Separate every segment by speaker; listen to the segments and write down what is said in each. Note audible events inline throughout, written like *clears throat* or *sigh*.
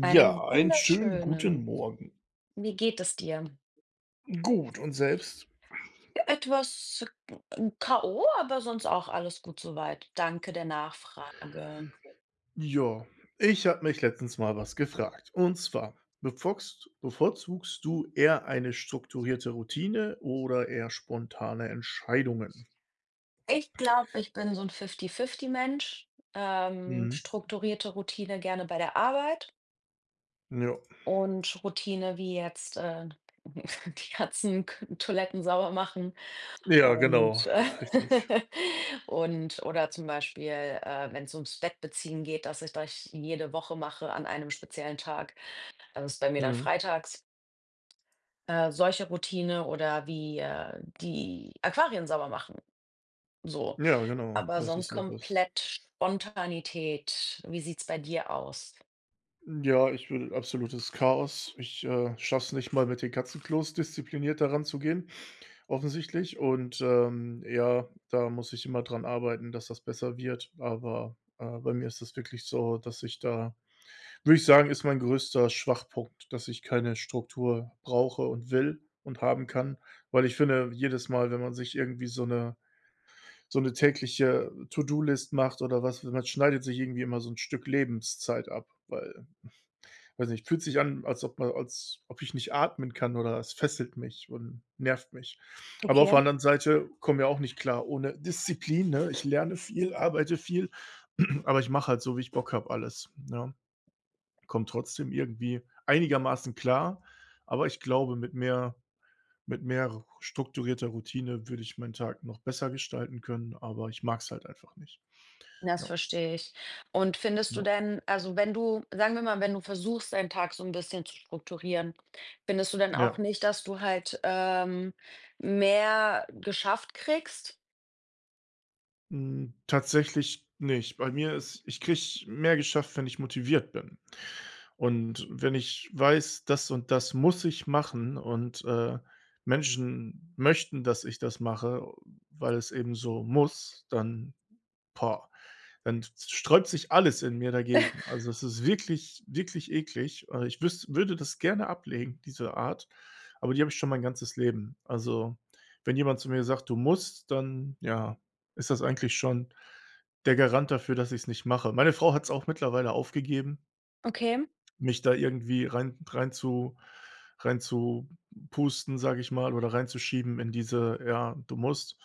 Speaker 1: Einen
Speaker 2: Ja, einen schönen guten
Speaker 1: wunderschönen.
Speaker 2: Morgen.
Speaker 1: Wie geht es dir?
Speaker 2: Gut, und selbst?
Speaker 1: Ja, etwas K.O., aber sonst auch alles gut soweit, danke der Nachfrage.
Speaker 2: Ja, ich habe mich letztens mal was gefragt. Und zwar, bevorzugst du eher eine strukturierte Routine oder eher spontane Entscheidungen?
Speaker 1: Ich glaube, ich bin so 'n Fifty-Fifty-Mensch.
Speaker 2: Mhm.
Speaker 1: Strukturierte Routine gerne bei der Arbeit
Speaker 2: Ja.
Speaker 1: und Routine wie jetzt, *laughs* die ganzen K Toiletten sauber machen
Speaker 2: Ja, genau,
Speaker 1: und
Speaker 2: richtig.
Speaker 1: *laughs* und oder zum Beispiel, wenn's ums Bettbeziehen geht, dass ich das jede Woche mache an einem speziellen Tag. Also, ist bei mir dann
Speaker 2: Mhm.
Speaker 1: freitags, solche Routine oder wie, die Aquarien sauber machen, so.
Speaker 2: Ja, genau,
Speaker 1: Aber
Speaker 2: das
Speaker 1: sonst
Speaker 2: ist noch was.
Speaker 1: komplett Spontanität. Wie sieht's bei dir aus?
Speaker 2: Ja, ich würde absolutes Chaos. Ich schaffe es nicht mal mit den Katzenklos diszipliniert daran zu gehen. Offensichtlich und, ja, da muss ich immer dran arbeiten, dass das besser wird, aber, bei mir ist das wirklich so, dass ich da würde ich sagen, ist mein größter Schwachpunkt, dass ich keine Struktur brauche und will und haben kann, weil ich finde, jedes Mal, wenn man sich irgendwie so eine tägliche To-do-List macht oder was man schneidet sich irgendwie immer so ein Stück Lebenszeit ab, weil weiß nicht, fühlt sich an, als ob man als ob ich nicht atmen kann oder es fesselt mich und nervt mich. Aber auf der
Speaker 1: Okay.
Speaker 2: anderen Seite komme ja auch nicht klar ohne Disziplin, ne? Ich lerne viel, arbeite viel, *clears throat* aber ich mache halt so, wie ich Bock habe, alles, ne? Komme trotzdem irgendwie einigermaßen klar, aber ich glaube, mit mehr strukturierter Routine würde ich meinen Tag noch besser gestalten können, aber ich mag es halt einfach nicht.
Speaker 1: Das
Speaker 2: Ja,
Speaker 1: verstehe ich. Und findest du
Speaker 2: ja,
Speaker 1: denn, also, wenn du, sagen wir mal, wenn du versuchst, deinen Tag so ein bisschen zu strukturieren, findest du denn auch
Speaker 2: ja.
Speaker 1: nicht, dass du halt, mehr geschafft kriegst?
Speaker 2: Hm, tatsächlich nicht. Bei mir ist ich kriege mehr geschafft, wenn ich motiviert bin. Und wenn ich weiß, das und das muss ich machen und, Menschen möchten, dass ich das mache, weil es eben so muss, dann boah, dann sträubt sich alles in mir dagegen. Also, es ist wirklich, wirklich eklig. Ich wüs würde das gerne ablegen, diese Art, aber die habe ich schon mein ganzes Leben. Also, wenn jemand zu mir sagt: „Du musst“, dann, ja, ist das eigentlich schon der Garant dafür, dass ich es nicht mache. Meine Frau hat es auch mittlerweile aufgegeben
Speaker 1: Okay.
Speaker 2: mich da irgendwie rein zu pusten, sage ich mal, oder reinzuschieben in diese ja, du musst.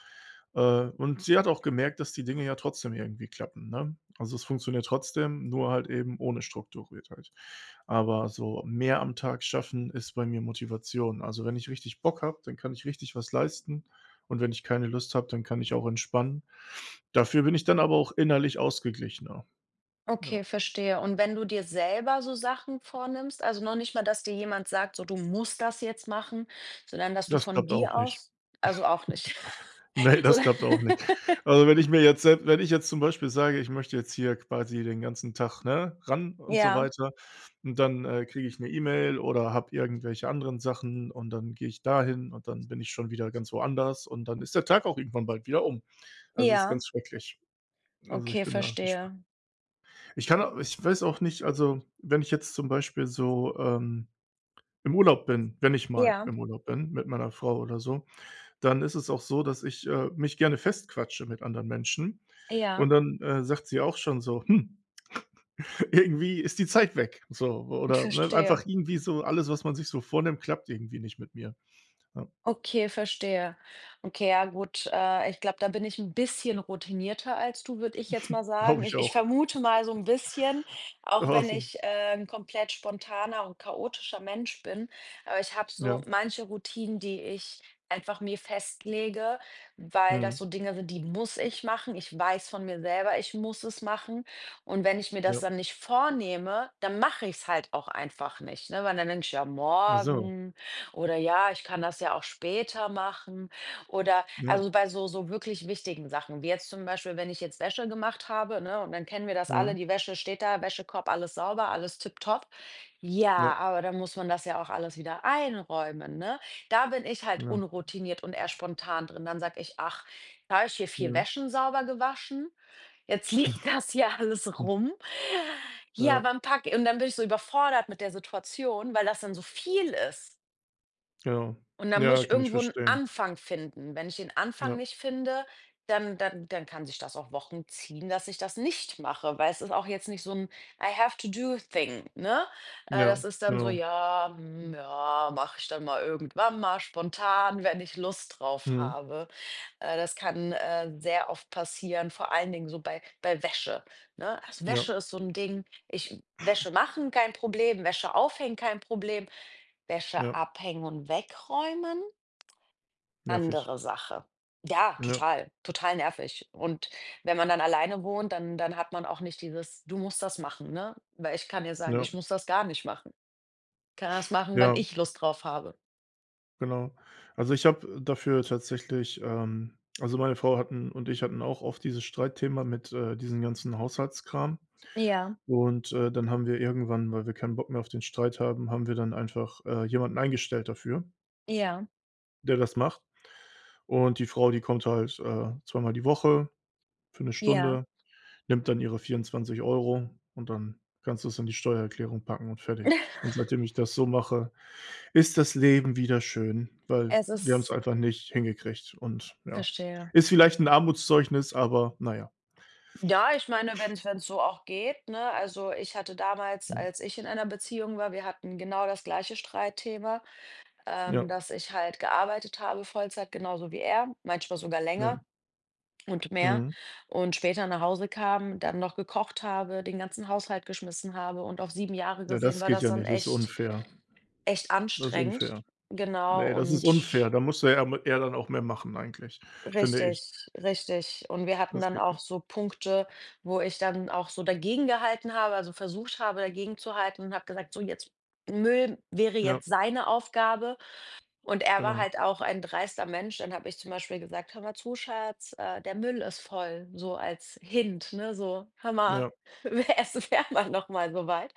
Speaker 2: Und sie hat auch gemerkt, dass die Dinge ja trotzdem irgendwie klappen, ne? Also, es funktioniert trotzdem, nur halt eben ohne Strukturiertheit. Aber so mehr am Tag schaffen ist bei mir Motivation. Also, wenn ich richtig Bock habe, dann kann ich richtig was leisten und wenn ich keine Lust habe, dann kann ich auch entspannen. Dafür bin ich dann aber auch innerlich ausgeglichener. Ja,
Speaker 1: Okay, verstehe. Und wenn du dir selber so Sachen vornimmst, also noch nicht mal, dass dir jemand sagt, so du musst das jetzt machen, sondern dass du
Speaker 2: das
Speaker 1: von
Speaker 2: klappt
Speaker 1: dir
Speaker 2: auch nicht.
Speaker 1: aus, also auch nicht. *laughs*
Speaker 2: Ne,
Speaker 1: So,
Speaker 2: das klappt auch nicht.
Speaker 1: *laughs*
Speaker 2: Also, wenn ich mir jetzt selbst wenn ich jetzt zum Beispiel sage, ich möchte jetzt hier quasi den ganzen Tag, ne, ran und so
Speaker 1: ja,
Speaker 2: weiter und dann, kriege ich 'ne E-Mail oder habe irgendwelche anderen Sachen und dann gehe ich dahin und dann bin ich schon wieder ganz woanders und dann ist der Tag auch irgendwann bald wieder um. Also, ist
Speaker 1: ja,
Speaker 2: ganz schrecklich. Also, ich
Speaker 1: okay,
Speaker 2: bin da ich
Speaker 1: verstehe.
Speaker 2: ich kann au ich weiß auch nicht, also, wenn ich jetzt zum Beispiel so, im Urlaub bin wenn ich mal
Speaker 1: Ja,
Speaker 2: im Urlaub bin mit meiner Frau oder so dann ist es auch so, dass ich, mich gerne festquatsche mit anderen Menschen und
Speaker 1: ja,
Speaker 2: dann, sagt sie auch schon so: „Hm, *laughs* irgendwie ist die Zeit weg“, so
Speaker 1: ich
Speaker 2: oder, ne,
Speaker 1: verstehe.
Speaker 2: einfach irgendwie so alles, was man sich so vornimmt, klappt irgendwie nicht mit mir. Ja,
Speaker 1: Okay, verstehe. Okay, ja gut, ich glaube, da bin ich ein bisschen routinierter als du, würde ich jetzt mal sagen.
Speaker 2: glaube ich
Speaker 1: Ich
Speaker 2: auch.
Speaker 1: vermute mal so ein bisschen, auch
Speaker 2: Auch
Speaker 1: wenn
Speaker 2: so
Speaker 1: ich, 'n komplett spontaner und chaotischer Mensch bin, aber ich habe so
Speaker 2: ja,
Speaker 1: manche Routinen, die ich einfach mir festlege, weil das
Speaker 2: mhm,
Speaker 1: so Dinge sind, die muss ich machen. Ich weiß von mir selber, ich muss es machen. Und wenn ich mir das
Speaker 2: ja.
Speaker 1: dann nicht vornehme, dann mache ich es halt auch einfach nicht, ne? Weil dann denke ich: „Ja,
Speaker 2: Ach so,
Speaker 1: morgen“ oder ja, ich kann das ja auch später machen. Oder
Speaker 2: ja,
Speaker 1: also bei so so wirklich wichtigen Sachen, wie jetzt zum Beispiel, wenn ich jetzt Wäsche gemacht habe, ne, und dann kennen wir das alle,
Speaker 2: mhm,
Speaker 1: die Wäsche steht da, Wäschekorb, alles sauber, alles tipptopp.
Speaker 2: ja,
Speaker 1: Ja, aber dann muss man das ja auch alles wieder einräumen, ne? Da bin ich halt
Speaker 2: ja,
Speaker 1: unroutiniert und eher spontan drin. Dann sage ich, ach, da habe ich hier vier
Speaker 2: mhm,
Speaker 1: Wäschen sauber gewaschen. Jetzt *laughs* liegt das hier alles
Speaker 2: hm,
Speaker 1: rum. Ja,
Speaker 2: ja,
Speaker 1: wann packe ich? Und dann bin ich so überfordert mit der Situation, weil das dann so viel ist.
Speaker 2: genau.
Speaker 1: Und dann muss
Speaker 2: Ja,
Speaker 1: ich
Speaker 2: kann ich
Speaker 1: irgendwo einen
Speaker 2: verstehen.
Speaker 1: Anfang finden. Wenn ich den Anfang
Speaker 2: Ja,
Speaker 1: nicht finde, dann kann sich das auch Wochen ziehen, dass ich das nicht mache, weil es ist auch jetzt nicht so ein I-have-to-do-thing, ne? Das
Speaker 2: ja,
Speaker 1: ist dann so:
Speaker 2: genau.
Speaker 1: „Ja, hm, ja, mache ich dann mal irgendwann mal spontan, wenn ich Lust drauf
Speaker 2: Mhm,
Speaker 1: habe.“ Das kann, sehr oft passieren, vor allen Dingen so bei Wäsche, ne? Also,
Speaker 2: ja,
Speaker 1: Wäsche ist so ein Ding. Ich Wäsche machen, kein Problem, Wäsche aufhängen, kein Problem. Wäsche
Speaker 2: ja,
Speaker 1: abhängen und wegräumen,
Speaker 2: nervig.
Speaker 1: andere Sache. Ja,
Speaker 2: Ja,
Speaker 1: total, total nervig. Und wenn man dann alleine wohnt, dann hat man auch nicht dieses: „Du musst das machen“, ne? Weil ich kann ja sagen:
Speaker 2: ja,
Speaker 1: „Ich muss das gar nicht machen. Kann das machen, wann
Speaker 2: ja.
Speaker 1: ich Lust drauf habe.“
Speaker 2: Genau. Also, ich habe dafür tatsächlich also, meine Frau hatten und ich hatten auch oft dieses Streitthema mit, diesem ganzen Haushaltskram.
Speaker 1: Ja,
Speaker 2: Und, dann haben wir irgendwann, weil wir keinen Bock mehr auf den Streit haben, haben wir dann einfach, jemanden eingestellt dafür,
Speaker 1: ja,
Speaker 2: der das macht. Und die Frau, die kommt halt, zweimal die Woche für eine
Speaker 1: ja.
Speaker 2: Stunde. Nimmt dann ihre 24 € und dann kannst du es in die Steuererklärung packen und fertig. Und
Speaker 1: *laughs*
Speaker 2: seitdem ich das so mache, ist das Leben wieder schön, weil
Speaker 1: Es
Speaker 2: wir haben es
Speaker 1: ist
Speaker 2: einfach nicht hingekriegt und ja.
Speaker 1: verstehe.
Speaker 2: Ist vielleicht ein Armutszeugnis, aber naja,
Speaker 1: Ja, ich meine, wenn es so auch geht, ne? Also, ich hatte damals,
Speaker 2: ja.
Speaker 1: als ich in einer Beziehung war, wir hatten genau das gleiche Streitthema.
Speaker 2: Ja,
Speaker 1: Ähm, dass ich halt gearbeitet habe Vollzeit, genauso wie er, manchmal sogar
Speaker 2: ja.
Speaker 1: länger und mehr
Speaker 2: Mhm.
Speaker 1: und später nach Hause kam, dann noch gekocht habe, den ganzen Haushalt geschmissen habe und auf 7 Jahre
Speaker 2: Ja,
Speaker 1: gesehen
Speaker 2: das
Speaker 1: war
Speaker 2: geht
Speaker 1: das
Speaker 2: ja
Speaker 1: dann
Speaker 2: nicht, das ist
Speaker 1: echt
Speaker 2: unfair.
Speaker 1: echt
Speaker 2: Das ist
Speaker 1: anstrengend.
Speaker 2: unfair.
Speaker 1: Genau
Speaker 2: Nee, das ist
Speaker 1: und
Speaker 2: unfair. Da muss er dann auch mehr machen eigentlich, finde ich.
Speaker 1: richtig, richtig. Und wir hatten
Speaker 2: Das
Speaker 1: dann
Speaker 2: geht
Speaker 1: auch
Speaker 2: nicht.
Speaker 1: so Punkte, wo ich dann auch so dagegengehalten habe, also versucht habe, dagegen zu halten und habe gesagt: „So, jetzt Müll wäre
Speaker 2: Ja,
Speaker 1: jetzt seine Aufgabe.“ Und er war
Speaker 2: genau.
Speaker 1: halt auch ein dreister Mensch. Dann habe ich zum Beispiel gesagt: „Hör mal zu, Schatz, der Müll ist voll“, so als Hint, ne, so: „Hör mal,
Speaker 2: Ja,
Speaker 1: *laughs* wäre mal noch mal so weit.“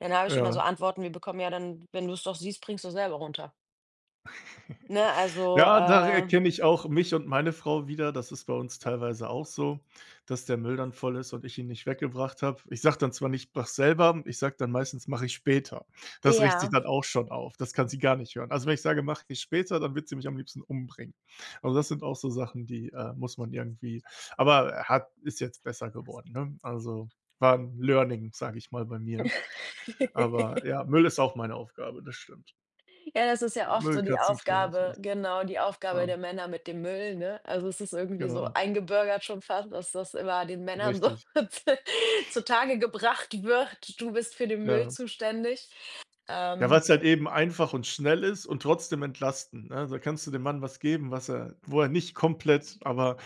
Speaker 1: Dann habe ich immer so
Speaker 2: ja,
Speaker 1: Antworten wie bekommen: „Ja, dann, wenn du es doch siehst, bringst du selber runter.“ Ne, also,
Speaker 2: ja, da erkenne ich auch mich und meine Frau wieder. Das ist bei uns teilweise auch so, dass der Müll dann voll ist und ich ihn nicht weggebracht habe. Ich sage dann zwar nicht: mach selber“, ich sage dann meistens: „Mache ich später.“ Das regt sich
Speaker 1: ja.
Speaker 2: dann auch schon auf. Das kann sie gar nicht hören. Also, wenn ich sage: „Mache ich später“, dann wird sie mich am liebsten umbringen. Also, das sind auch so Sachen, die, muss man irgendwie aber hat ist jetzt besser geworden, ne? Also, war 'n Learning, sage ich mal, bei mir. Aber
Speaker 1: *laughs*
Speaker 2: ja, Müll ist auch meine Aufgabe, das stimmt.
Speaker 1: Ja, das ist ja oft so
Speaker 2: Müll,
Speaker 1: die
Speaker 2: Katzenklo und so
Speaker 1: Aufgabe,
Speaker 2: was.
Speaker 1: genau, die Aufgabe
Speaker 2: Ja,
Speaker 1: der Männer mit dem Müll, ne? Also, es ist irgendwie so
Speaker 2: genau,
Speaker 1: eingebürgert schon fast, dass das immer den Männern so
Speaker 2: richtig.
Speaker 1: *laughs* zu zutage gebracht wird: „Du bist für den Müll
Speaker 2: Ja.
Speaker 1: zuständig.“
Speaker 2: Ja,
Speaker 1: Ähm,
Speaker 2: weil's halt eben einfach und schnell ist und trotzdem entlastend, ne? Da kannst du dem Mann was geben, was er wo er nicht komplett aber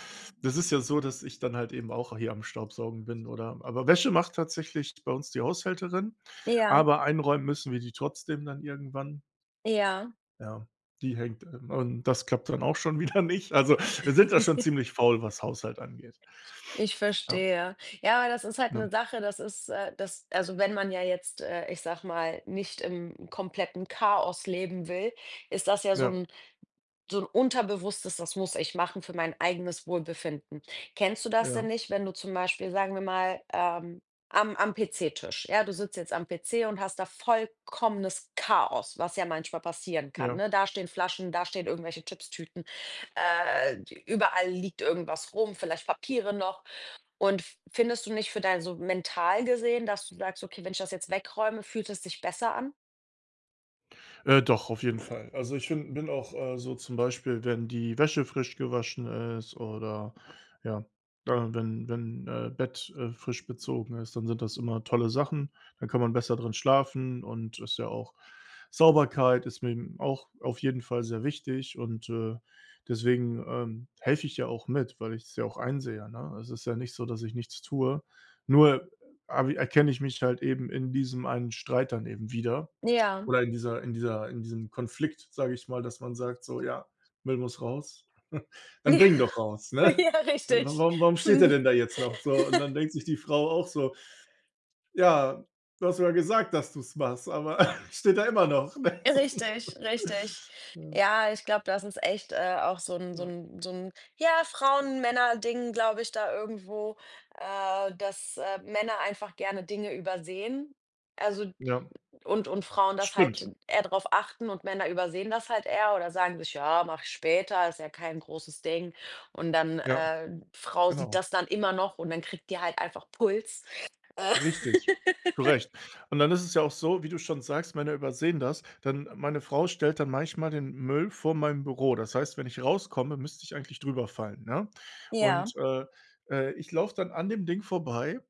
Speaker 2: das ist ja so, dass ich dann halt eben auch hier am Staubsaugen bin oder aber Wäsche macht tatsächlich bei uns die Haushälterin,
Speaker 1: ja,
Speaker 2: aber einräumen müssen wir die trotzdem dann irgendwann.
Speaker 1: ja,
Speaker 2: Ja, die hängt, und das klappt dann auch schon *laughs* wieder nicht. Also, wir sind da schon
Speaker 1: *laughs*
Speaker 2: ziemlich faul, was Haushalt angeht.
Speaker 1: ich
Speaker 2: Ja,
Speaker 1: verstehe. Ja, aber das ist halt
Speaker 2: ne,
Speaker 1: eine Sache, das ist, das, also, wenn man ja jetzt, ich sage mal, nicht im kompletten Chaos leben will, ist das ja so
Speaker 2: ja,
Speaker 1: ein So ein unterbewusstes: „Das muss ich machen für mein eigenes Wohlbefinden.“ Kennst du das denn
Speaker 2: ja,
Speaker 1: nicht, wenn du zum Beispiel, sagen wir mal, am PC-Tisch ja, du sitzt jetzt am PC und hast da vollkommenes Chaos, was ja manchmal passieren kann,
Speaker 2: ja.
Speaker 1: ne? Da stehen Flaschen, da stehen irgendwelche Chipstüten, äh, überall liegt irgendwas rum, vielleicht Papiere noch. Und f findest du nicht für dein so mental gesehen, dass du sagst: „Okay, wenn ich das jetzt wegräume, fühlt es sich besser an?“
Speaker 2: Doch, auf jeden Fall. Also, ich finde bin auch, so zum Beispiel, wenn die Wäsche frisch gewaschen ist oder ja, wenn Bett, frisch bezogen ist, dann sind das immer tolle Sachen. Dann kann man besser drin schlafen und ist ja auch Sauberkeit ist mir auch auf jeden Fall sehr wichtig und, deswegen, helfe ich ja auch mit, weil ich es ja auch einsehe, ne? Es ist ja nicht so, dass ich nichts tue. Nur habe erkenne ich mich halt eben in diesem einen Streit dann eben wieder.
Speaker 1: Ja.
Speaker 2: Oder in dieser in dieser in diesem Konflikt, sage ich mal, dass man sagt so: „Ja, Müll muss raus. *laughs* Dann bring ihn
Speaker 1: Ja,
Speaker 2: doch raus,
Speaker 1: *laughs*
Speaker 2: ne?
Speaker 1: ja,
Speaker 2: Wa
Speaker 1: richtig.
Speaker 2: Warum steht er
Speaker 1: *laughs*
Speaker 2: denn da jetzt noch?“ So, und dann denkt sich die Frau auch so: „Ja, du hast mir ja gesagt, dass du's machst, aber *laughs* steht da immer noch“, ne? *laughs*
Speaker 1: Richtig, richtig.
Speaker 2: So.
Speaker 1: Ja, ich glaube, das ist echt, auch so ein
Speaker 2: Ja,
Speaker 1: so
Speaker 2: ja.
Speaker 1: ein so ein ja, Frauen-Männer-Ding, glaube ich, da irgendwo, dass, Männer einfach gerne Dinge übersehen. Also,
Speaker 2: Ja,
Speaker 1: und Frauen das
Speaker 2: stimmt.
Speaker 1: halt eher drauf achten und Männer übersehen das halt eher oder sagen sich: „Ja, mach ich später, ist ja kein großes Ding.“ Und dann,
Speaker 2: Ja,
Speaker 1: Frau sieht
Speaker 2: genau.
Speaker 1: das dann immer noch und dann kriegt die halt einfach Puls. Äh.
Speaker 2: Richtig,
Speaker 1: *laughs*
Speaker 2: zu Recht. Und dann ist es ja auch so, wie du schon sagst, Männer übersehen das, dann meine Frau stellt dann manchmal den Müll vor meinem Büro. Das heißt, wenn ich rauskomme, müsste ich eigentlich drüber fallen, ne?
Speaker 1: Ja,
Speaker 2: Und, ich laufe dann an dem Ding vorbei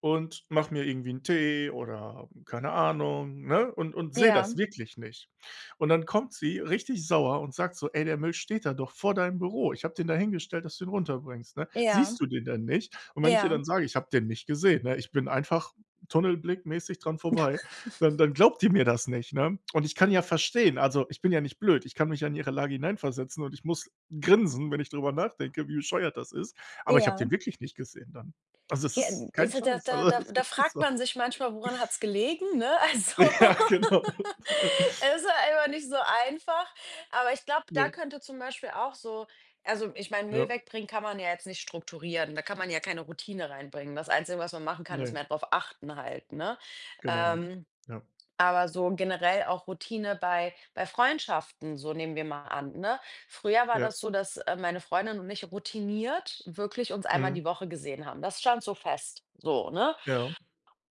Speaker 2: und mache mir irgendwie einen Tee oder keine Ahnung, ne, und sehe
Speaker 1: ja,
Speaker 2: das wirklich nicht. Und dann kommt sie richtig sauer und sagt so: „Ey, der Müll steht da doch vor deinem Büro. Ich habe den da hingestellt, dass du ihn runterbringst, ne?
Speaker 1: ja,
Speaker 2: Siehst du den denn nicht?“ Und wenn ich ihr
Speaker 1: ja,
Speaker 2: dann sage: „Ich habe den nicht gesehen, ne? Ich bin einfach tunnelblickmäßig dran vorbei“, dann glaubt die mir das nicht, ne? Und ich kann ja verstehen also, ich bin ja nicht blöd. Ich kann mich ja in ihre Lage hineinversetzen und ich muss grinsen, wenn ich drüber nachdenke, wie bescheuert das ist. Aber ich habe den
Speaker 1: ja.
Speaker 2: wirklich nicht gesehen dann. Also, das
Speaker 1: Ja,
Speaker 2: ist
Speaker 1: das
Speaker 2: kein
Speaker 1: da
Speaker 2: Scheiß.
Speaker 1: da
Speaker 2: Also, *laughs*
Speaker 1: da da
Speaker 2: das ist
Speaker 1: fragt
Speaker 2: so.
Speaker 1: man sich manchmal, woran hat's gelegen, ne? Also,
Speaker 2: Ja, genau.
Speaker 1: *laughs*
Speaker 2: *laughs*
Speaker 1: es ist einfach nicht so einfach. Aber ich glaube, da
Speaker 2: Ne,
Speaker 1: könnte zum Beispiel auch so also, ich meine,
Speaker 2: ja,
Speaker 1: Müll wegbringen kann man ja jetzt nicht strukturieren. Da kann man ja keine Routine reinbringen. Das Einzige, was man machen kann, ist
Speaker 2: ne,
Speaker 1: mehr darauf achten halt, ne?
Speaker 2: genau.
Speaker 1: Ähm
Speaker 2: Ja,
Speaker 1: aber so generell auch Routine bei Freundschaften, so nehmen wir mal an, ne? Früher war
Speaker 2: ja,
Speaker 1: das so, dass, meine Freundin und ich routiniert wirklich uns einmal
Speaker 2: mhm,
Speaker 1: die Woche gesehen haben. Das stand so fest, so, ne?
Speaker 2: ja,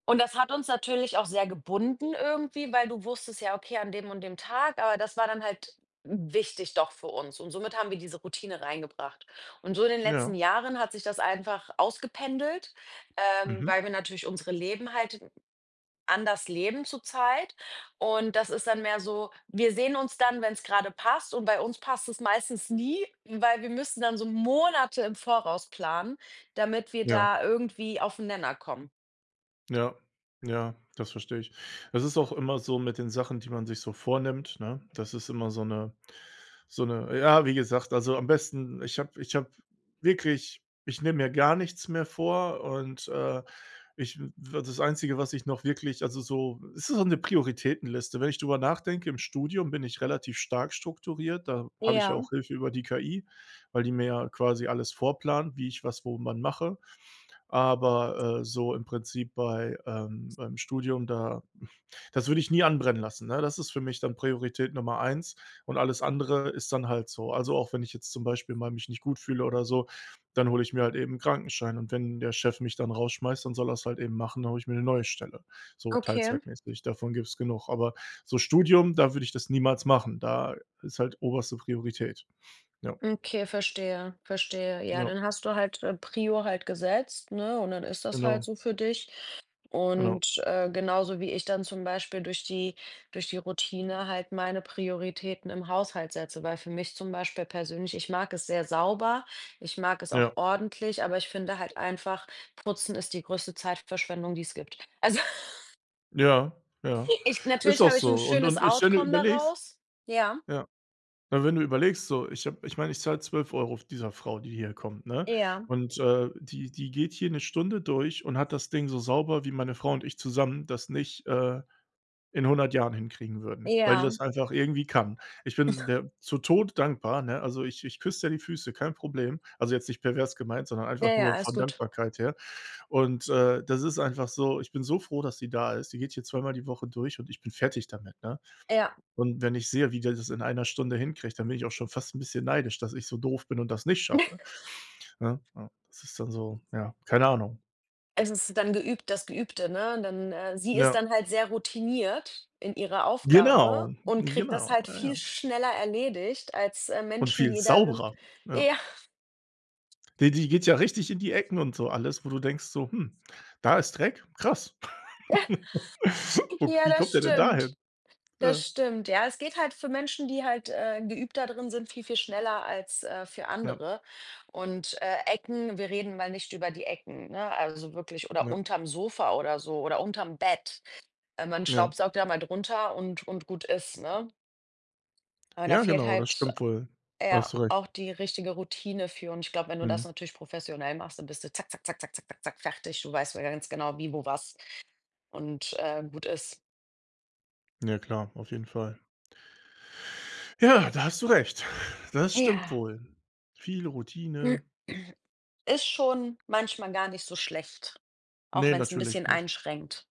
Speaker 1: Und das hat uns natürlich auch sehr gebunden irgendwie, weil du wusstest ja, okay, an dem und dem Tag, aber das war dann halt wichtig doch für uns und somit haben wir diese Routine reingebracht. Und so in den letzten
Speaker 2: ja,
Speaker 1: Jahren hat sich das einfach ausgependelt,
Speaker 2: mhm,
Speaker 1: weil wir natürlich unsere Leben halt anders leben zurzeit. Und das ist dann mehr so, wir sehen uns dann, wenn es gerade passt und bei uns passt es meistens nie, weil wir müssen dann so Monate im Voraus planen, damit wir
Speaker 2: ja,
Speaker 1: da irgendwie auf den Nenner kommen.
Speaker 2: ja, ja, das verstehe ich. Das ist auch immer so mit den Sachen, die man sich so vornimmt, ne? Das ist immer so eine, so eine. Ja, wie gesagt, also, am besten ich habe wirklich ich nehme mir gar nichts mehr vor und, ich das Einzige, was ich noch wirklich also so es ist so eine Prioritätenliste. Wenn ich drüber nachdenke, im Studium bin ich relativ stark strukturiert. Da habe ich ja
Speaker 1: Ja,
Speaker 2: auch Hilfe über die KI, weil die mir ja quasi alles vorplant, wie ich was wo wann mache. Aber, so im Prinzip bei beim Studium, da das würde ich nie anbrennen lassen, ne? Das ist für mich dann Priorität Nummer eins und alles andere ist dann halt so. Also, auch wenn ich jetzt zum Beispiel mal mich nicht gut fühle oder so, dann hole ich mir halt eben 'n Krankenschein und wenn der Chef mich dann rausschmeißt, dann soll er es halt eben machen, dann hole ich mir eine neue Stelle, so
Speaker 1: okay.
Speaker 2: teilzeitmäßig. Davon gibt's genug. Aber so Studium, da würde ich das niemals machen. Da ist halt oberste Priorität. Ja,
Speaker 1: Okay, verstehe, verstehe. Ja,
Speaker 2: ja,
Speaker 1: dann hast du halt, Prio halt gesetzt, ne, und dann ist das halt
Speaker 2: genau,
Speaker 1: so für dich.
Speaker 2: genau.
Speaker 1: Und, genauso wie ich dann zum Beispiel durch die Routine halt meine Prioritäten im Haushalt setze, weil für mich zum Beispiel persönlich ich mag es sehr sauber, ich mag es
Speaker 2: Ja,
Speaker 1: auch ordentlich, aber ich finde halt einfach, Putzen ist die größte Zeitverschwendung, die es gibt. Also,
Speaker 2: ja, ja.
Speaker 1: *laughs* ich
Speaker 2: Ist
Speaker 1: natürlich
Speaker 2: auch
Speaker 1: habe ich ein
Speaker 2: so
Speaker 1: schönes
Speaker 2: und ich wenn du
Speaker 1: Outcome
Speaker 2: überlegst
Speaker 1: daraus. Ja.
Speaker 2: ja. Na, wenn du überlegst, so, ich meine, ich zahle 12 Euro dieser Frau, die hier kommt, ne?
Speaker 1: Ja,
Speaker 2: Und, die geht hier eine Stunde durch und hat das Ding so sauber, wie meine Frau und ich zusammen das nicht, in hundert Jahren hinkriegen würden, weil die
Speaker 1: ja.
Speaker 2: das einfach irgendwie kann. Ich bin der zu Tod dankbar, ne? Also, ich küsse der die Füße, kein Problem. Also, jetzt nicht pervers gemeint, sondern
Speaker 1: Ja,
Speaker 2: einfach
Speaker 1: ja,
Speaker 2: nur
Speaker 1: alles
Speaker 2: von
Speaker 1: gut.
Speaker 2: Dankbarkeit her. Und, das ist einfach so ich bin so froh, dass sie da ist. Die geht hier zweimal die Woche durch und ich bin fertig damit, ne?
Speaker 1: Ja.
Speaker 2: Und wenn ich sehe, wie der das in einer Stunde hinkriegt, dann bin ich auch schon fast ein bisschen neidisch, dass ich so doof bin und das nicht schaffe. Ne? Ja, das ist dann so ja, keine Ahnung.
Speaker 1: Es ist dann geübt das Geübte, ne? Dann, sie ist
Speaker 2: Ja,
Speaker 1: dann halt sehr routiniert in ihrer Aufgabe
Speaker 2: genau,
Speaker 1: und kriegt das
Speaker 2: genau,
Speaker 1: halt
Speaker 2: ja, ja.
Speaker 1: viel schneller erledigt als,
Speaker 2: Und
Speaker 1: Menschen,
Speaker 2: viel
Speaker 1: die darin
Speaker 2: sauberer, ja.
Speaker 1: ja,
Speaker 2: Die geht ja richtig in die Ecken und so alles, wo du denkst so: „Hm, da ist Dreck? Krass.
Speaker 1: *laughs*
Speaker 2: *laughs* Wo
Speaker 1: ja,
Speaker 2: Wie
Speaker 1: das
Speaker 2: kommt der denn
Speaker 1: stimmt.
Speaker 2: dahin?“ Ja,
Speaker 1: Das stimmt. Ja, es geht halt für Menschen, die halt, geübter drin sind, viel, viel schneller als, für
Speaker 2: ja,
Speaker 1: andere. Und, Ecken wir reden mal nicht über die Ecken, ne? Also wirklich oder
Speaker 2: ja,
Speaker 1: unterm Sofa oder so oder unterm Bett. Man
Speaker 2: ja.
Speaker 1: staubsaugt da mal drunter und gut ist, ne? Aber da
Speaker 2: Ja,
Speaker 1: fehlt
Speaker 2: genau, das
Speaker 1: halt.
Speaker 2: stimmt wohl. Da hast
Speaker 1: Ja,
Speaker 2: du recht.
Speaker 1: auch die richtige Routine für und ich glaube, wenn du das
Speaker 2: Mhm.
Speaker 1: natürlich professionell machst, dann bist du zack, zack, zack, zack, zack, zack, zack, fertig. Du weißt ja ganz genau, wie, wo, was und, gut ist.
Speaker 2: Ja klar, auf jeden Fall. Ja, da hast du recht. Das stimmt
Speaker 1: Ja,
Speaker 2: wohl. Viel Routine.
Speaker 1: *clears throat* ist schon manchmal gar nicht so schlecht, auch
Speaker 2: Ne,
Speaker 1: wenn es ein
Speaker 2: natürlich
Speaker 1: bisschen
Speaker 2: nicht.
Speaker 1: einschränkt.